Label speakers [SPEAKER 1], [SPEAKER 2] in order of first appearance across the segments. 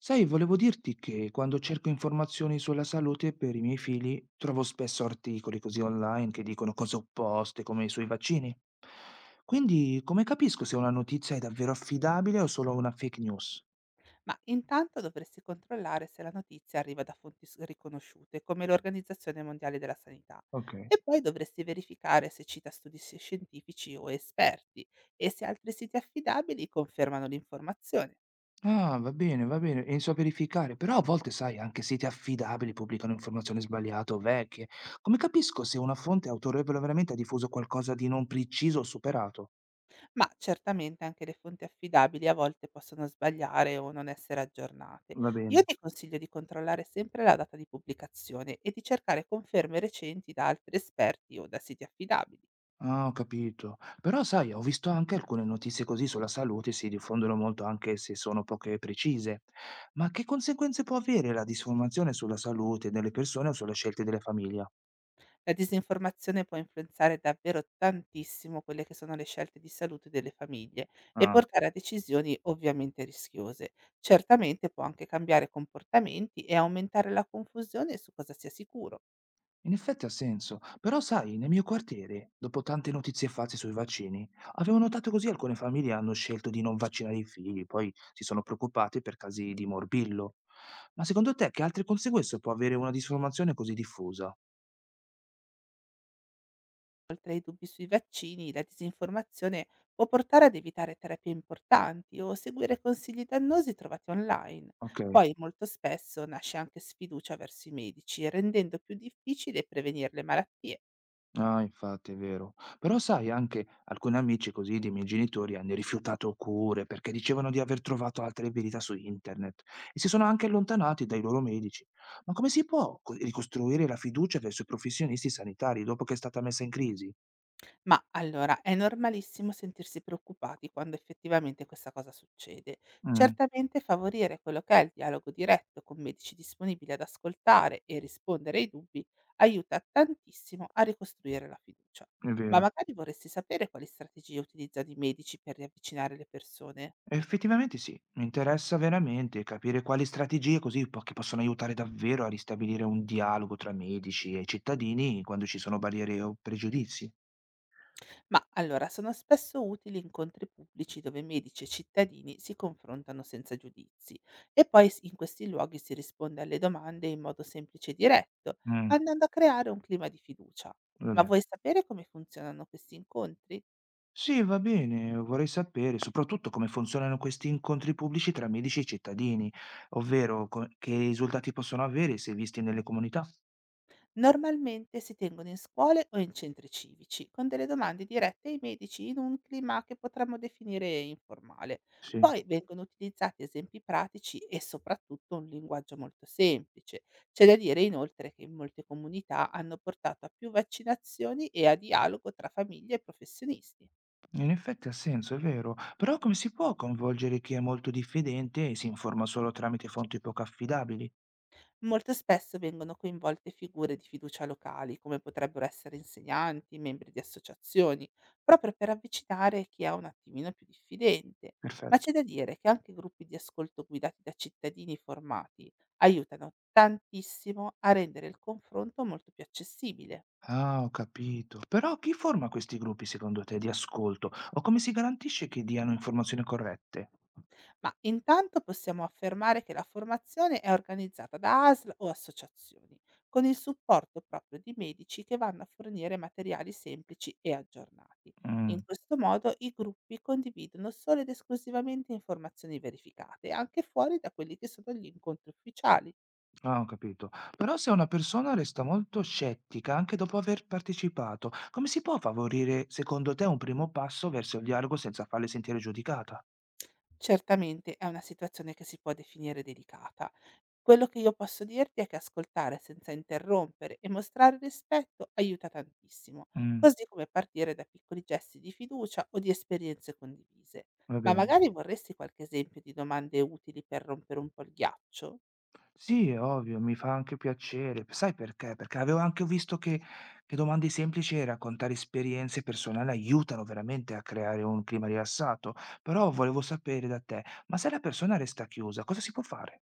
[SPEAKER 1] Sai, volevo dirti che quando cerco informazioni sulla salute per i miei figli, trovo spesso articoli così online che dicono cose opposte, come sui vaccini. Quindi, come capisco se una notizia è davvero affidabile o solo una fake news?
[SPEAKER 2] Ma intanto dovresti controllare se la notizia arriva da riconosciute, come l'Organizzazione Mondiale della Sanità,
[SPEAKER 1] Ok.
[SPEAKER 2] e poi dovresti verificare se cita scientifici o esperti e se altri siti affidabili confermano l'informazione.
[SPEAKER 1] Ah, va bene, e inizio a verificare, però a volte, sai, anche siti affidabili pubblicano informazioni sbagliate o vecchie. Come capisco se una fonte autorevole veramente ha diffuso qualcosa di non preciso o superato?
[SPEAKER 2] Ma certamente anche le fonti affidabili a volte possono sbagliare o non essere aggiornate.
[SPEAKER 1] Va
[SPEAKER 2] Io
[SPEAKER 1] bene.
[SPEAKER 2] ti consiglio di controllare sempre la data di pubblicazione e di cercare conferme recenti da altri esperti o da siti affidabili.
[SPEAKER 1] Ah, ho capito. Però sai, ho visto anche alcune notizie così sulla salute, si diffondono molto anche se sono poche precise. Ma che conseguenze può avere la disformazione sulla salute delle persone o sulle scelte delle famiglie?
[SPEAKER 2] La disinformazione può influenzare davvero tantissimo quelle che sono le scelte di salute delle famiglie e
[SPEAKER 1] Ah,
[SPEAKER 2] portare a decisioni ovviamente rischiose. Certamente può anche cambiare comportamenti e aumentare la confusione su cosa sia sicuro.
[SPEAKER 1] in effetti ha senso. Però sai, nel mio quartiere, dopo tante notizie false sui vaccini, avevo notato così alcune famiglie hanno scelto di non vaccinare i figli, poi si sono preoccupate per casi di morbillo. Ma secondo te che altre conseguenze può avere una disformazione così diffusa?
[SPEAKER 2] Oltre ai dubbi sui vaccini, la disinformazione può portare ad evitare terapie importanti o seguire consigli dannosi trovati online.
[SPEAKER 1] Ok.
[SPEAKER 2] Poi molto spesso nasce anche sfiducia verso i medici, rendendo più difficile prevenire le malattie.
[SPEAKER 1] Ah, infatti, è vero. Però sai, anche alcuni amici così dei miei genitori hanno rifiutato cure perché dicevano di aver trovato altre verità su internet e si sono anche allontanati dai loro medici. Ma come si può ricostruire la fiducia verso i professionisti sanitari dopo che è stata messa in crisi?
[SPEAKER 2] Ma allora, è normalissimo sentirsi preoccupati quando effettivamente questa cosa succede.
[SPEAKER 1] Mm,
[SPEAKER 2] Certamente favorire quello che è il dialogo diretto con medici disponibili ad ascoltare e rispondere ai dubbi aiuta tantissimo a ricostruire la fiducia.
[SPEAKER 1] è
[SPEAKER 2] Ma
[SPEAKER 1] vero.
[SPEAKER 2] magari vorresti sapere quali strategie utilizzano i medici per riavvicinare le persone?
[SPEAKER 1] Effettivamente sì, mi interessa veramente capire quali strategie così che possono aiutare davvero a ristabilire un dialogo tra medici e cittadini quando ci sono barriere o pregiudizi.
[SPEAKER 2] Ma allora, sono spesso utili incontri pubblici dove medici e cittadini si confrontano senza giudizi, e in questi luoghi si risponde alle domande in modo semplice e diretto,
[SPEAKER 1] Mm,
[SPEAKER 2] andando a creare un clima di fiducia.
[SPEAKER 1] va
[SPEAKER 2] Ma
[SPEAKER 1] bene.
[SPEAKER 2] vuoi sapere come funzionano questi incontri?
[SPEAKER 1] Sì, va bene, vorrei sapere soprattutto come funzionano questi incontri pubblici tra medici e cittadini, ovvero che risultati possono avere se visti nelle comunità.
[SPEAKER 2] Normalmente si tengono in scuole o in centri civici, con delle domande dirette ai medici in un clima che potremmo definire informale.
[SPEAKER 1] Sì,
[SPEAKER 2] Poi vengono utilizzati esempi pratici e soprattutto un linguaggio molto semplice. C'è da dire, inoltre, che in molte comunità hanno portato a più vaccinazioni e a dialogo tra famiglie e professionisti.
[SPEAKER 1] in effetti ha senso, è vero, però come si può coinvolgere chi è molto diffidente e si informa solo tramite fonti poco affidabili?
[SPEAKER 2] Molto spesso vengono coinvolte figure di fiducia locali, come potrebbero essere insegnanti, membri di associazioni, proprio per avvicinare chi è un attimino più diffidente. Ma c'è
[SPEAKER 1] Perfetto.
[SPEAKER 2] da dire che anche gruppi di ascolto guidati da cittadini formati aiutano tantissimo a rendere il confronto molto più accessibile.
[SPEAKER 1] Ah, ho capito. Però chi forma questi gruppi secondo te di ascolto o come si garantisce che diano informazioni corrette?
[SPEAKER 2] Ma intanto possiamo affermare che la formazione è organizzata da ASL o associazioni, con il supporto proprio di medici che vanno a fornire materiali semplici e aggiornati. In
[SPEAKER 1] Mm.
[SPEAKER 2] questo modo i gruppi condividono solo ed esclusivamente informazioni verificate, anche fuori da quelli che sono gli incontri ufficiali.
[SPEAKER 1] Ah, ho capito. Però se una persona resta molto scettica anche dopo aver partecipato, come si può favorire, secondo te, un primo passo verso il dialogo senza farle sentire giudicata?
[SPEAKER 2] Certamente è una situazione che si può definire delicata. Quello che io posso dirti è che ascoltare senza interrompere e mostrare rispetto aiuta tantissimo,
[SPEAKER 1] Mm,
[SPEAKER 2] così come partire da piccoli gesti di fiducia o di esperienze condivise.
[SPEAKER 1] va
[SPEAKER 2] Ma
[SPEAKER 1] bene.
[SPEAKER 2] magari vorresti qualche esempio di domande utili per rompere un po' il ghiaccio?
[SPEAKER 1] Sì, è ovvio, mi fa anche piacere. Sai perché? Perché avevo anche visto che, domande semplici e raccontare esperienze personali aiutano veramente a creare un clima rilassato. Però volevo sapere da te, ma se la persona resta chiusa, cosa si può fare?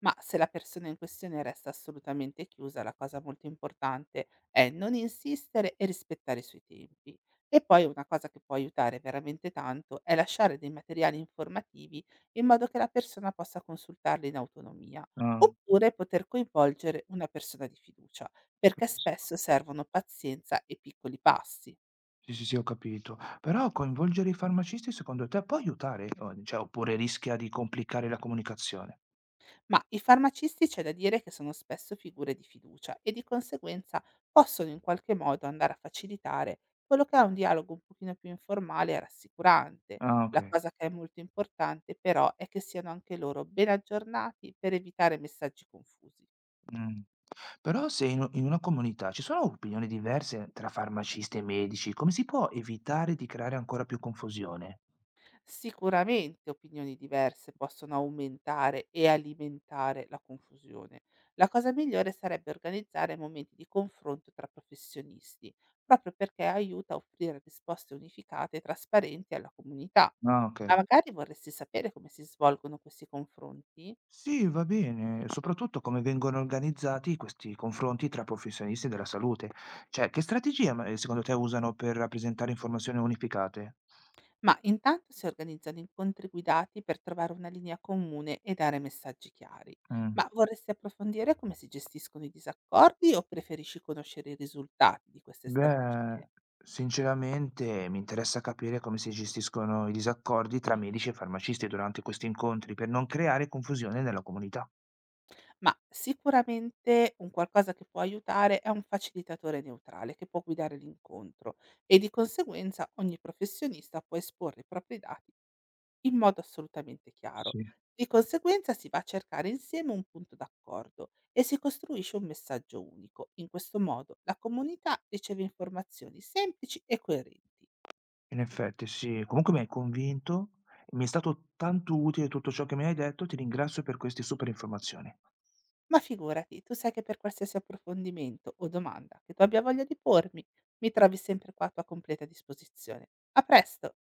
[SPEAKER 2] Ma se la persona in questione resta assolutamente chiusa, la cosa molto importante è non insistere e rispettare i suoi tempi. E poi una cosa che può aiutare veramente tanto è lasciare dei materiali informativi, in modo che la persona possa consultarli in autonomia,
[SPEAKER 1] Ah,
[SPEAKER 2] oppure poter coinvolgere una persona di fiducia, perché
[SPEAKER 1] capisco.
[SPEAKER 2] spesso servono pazienza e piccoli passi.
[SPEAKER 1] Sì, sì, sì, ho capito. Però coinvolgere i farmacisti secondo te può aiutare? O cioè, oppure rischia di complicare la comunicazione?
[SPEAKER 2] Ma i farmacisti, c'è da dire che sono spesso figure di fiducia e, di conseguenza, possono in qualche modo andare a facilitare quello che è un dialogo un pochino più informale e rassicurante.
[SPEAKER 1] Ah,
[SPEAKER 2] La
[SPEAKER 1] okay.
[SPEAKER 2] cosa che è molto importante, però, è che siano anche loro ben aggiornati per evitare messaggi confusi.
[SPEAKER 1] Mh. Però se in una comunità ci sono opinioni diverse tra farmacisti e medici, come si può evitare di creare ancora più confusione?
[SPEAKER 2] Sicuramente opinioni diverse possono aumentare e alimentare la confusione. La cosa migliore sarebbe organizzare momenti di confronto tra professionisti, proprio perché aiuta a offrire risposte unificate e trasparenti alla comunità.
[SPEAKER 1] Ah, okay.
[SPEAKER 2] Ma magari vorresti sapere come si svolgono questi confronti?
[SPEAKER 1] Sì, va bene, soprattutto come vengono organizzati questi confronti tra professionisti della salute. Cioè, che strategie secondo te usano per rappresentare informazioni unificate?
[SPEAKER 2] Ma intanto si organizzano incontri guidati per trovare una linea comune e dare messaggi chiari.
[SPEAKER 1] Mh.
[SPEAKER 2] Ma vorresti approfondire come si gestiscono i disaccordi o preferisci conoscere i risultati di queste
[SPEAKER 1] Beh,
[SPEAKER 2] strategie?
[SPEAKER 1] sinceramente mi interessa capire come si gestiscono i disaccordi tra medici e farmacisti durante questi incontri per non creare confusione nella comunità.
[SPEAKER 2] Ma sicuramente un qualcosa che può aiutare è un facilitatore neutrale che può guidare l'incontro, e di conseguenza ogni professionista può esporre i propri dati in modo assolutamente chiaro.
[SPEAKER 1] Sì,
[SPEAKER 2] Di conseguenza si va a cercare insieme un punto d'accordo e si costruisce un messaggio unico. In questo modo la comunità riceve informazioni semplici e coerenti.
[SPEAKER 1] in effetti sì. Comunque mi hai convinto, mi è stato tanto utile tutto ciò che mi hai detto, ti ringrazio per queste super informazioni.
[SPEAKER 2] Ma figurati, tu sai che per qualsiasi approfondimento o domanda che tu abbia voglia di pormi, mi trovi sempre qua a tua completa disposizione. A presto!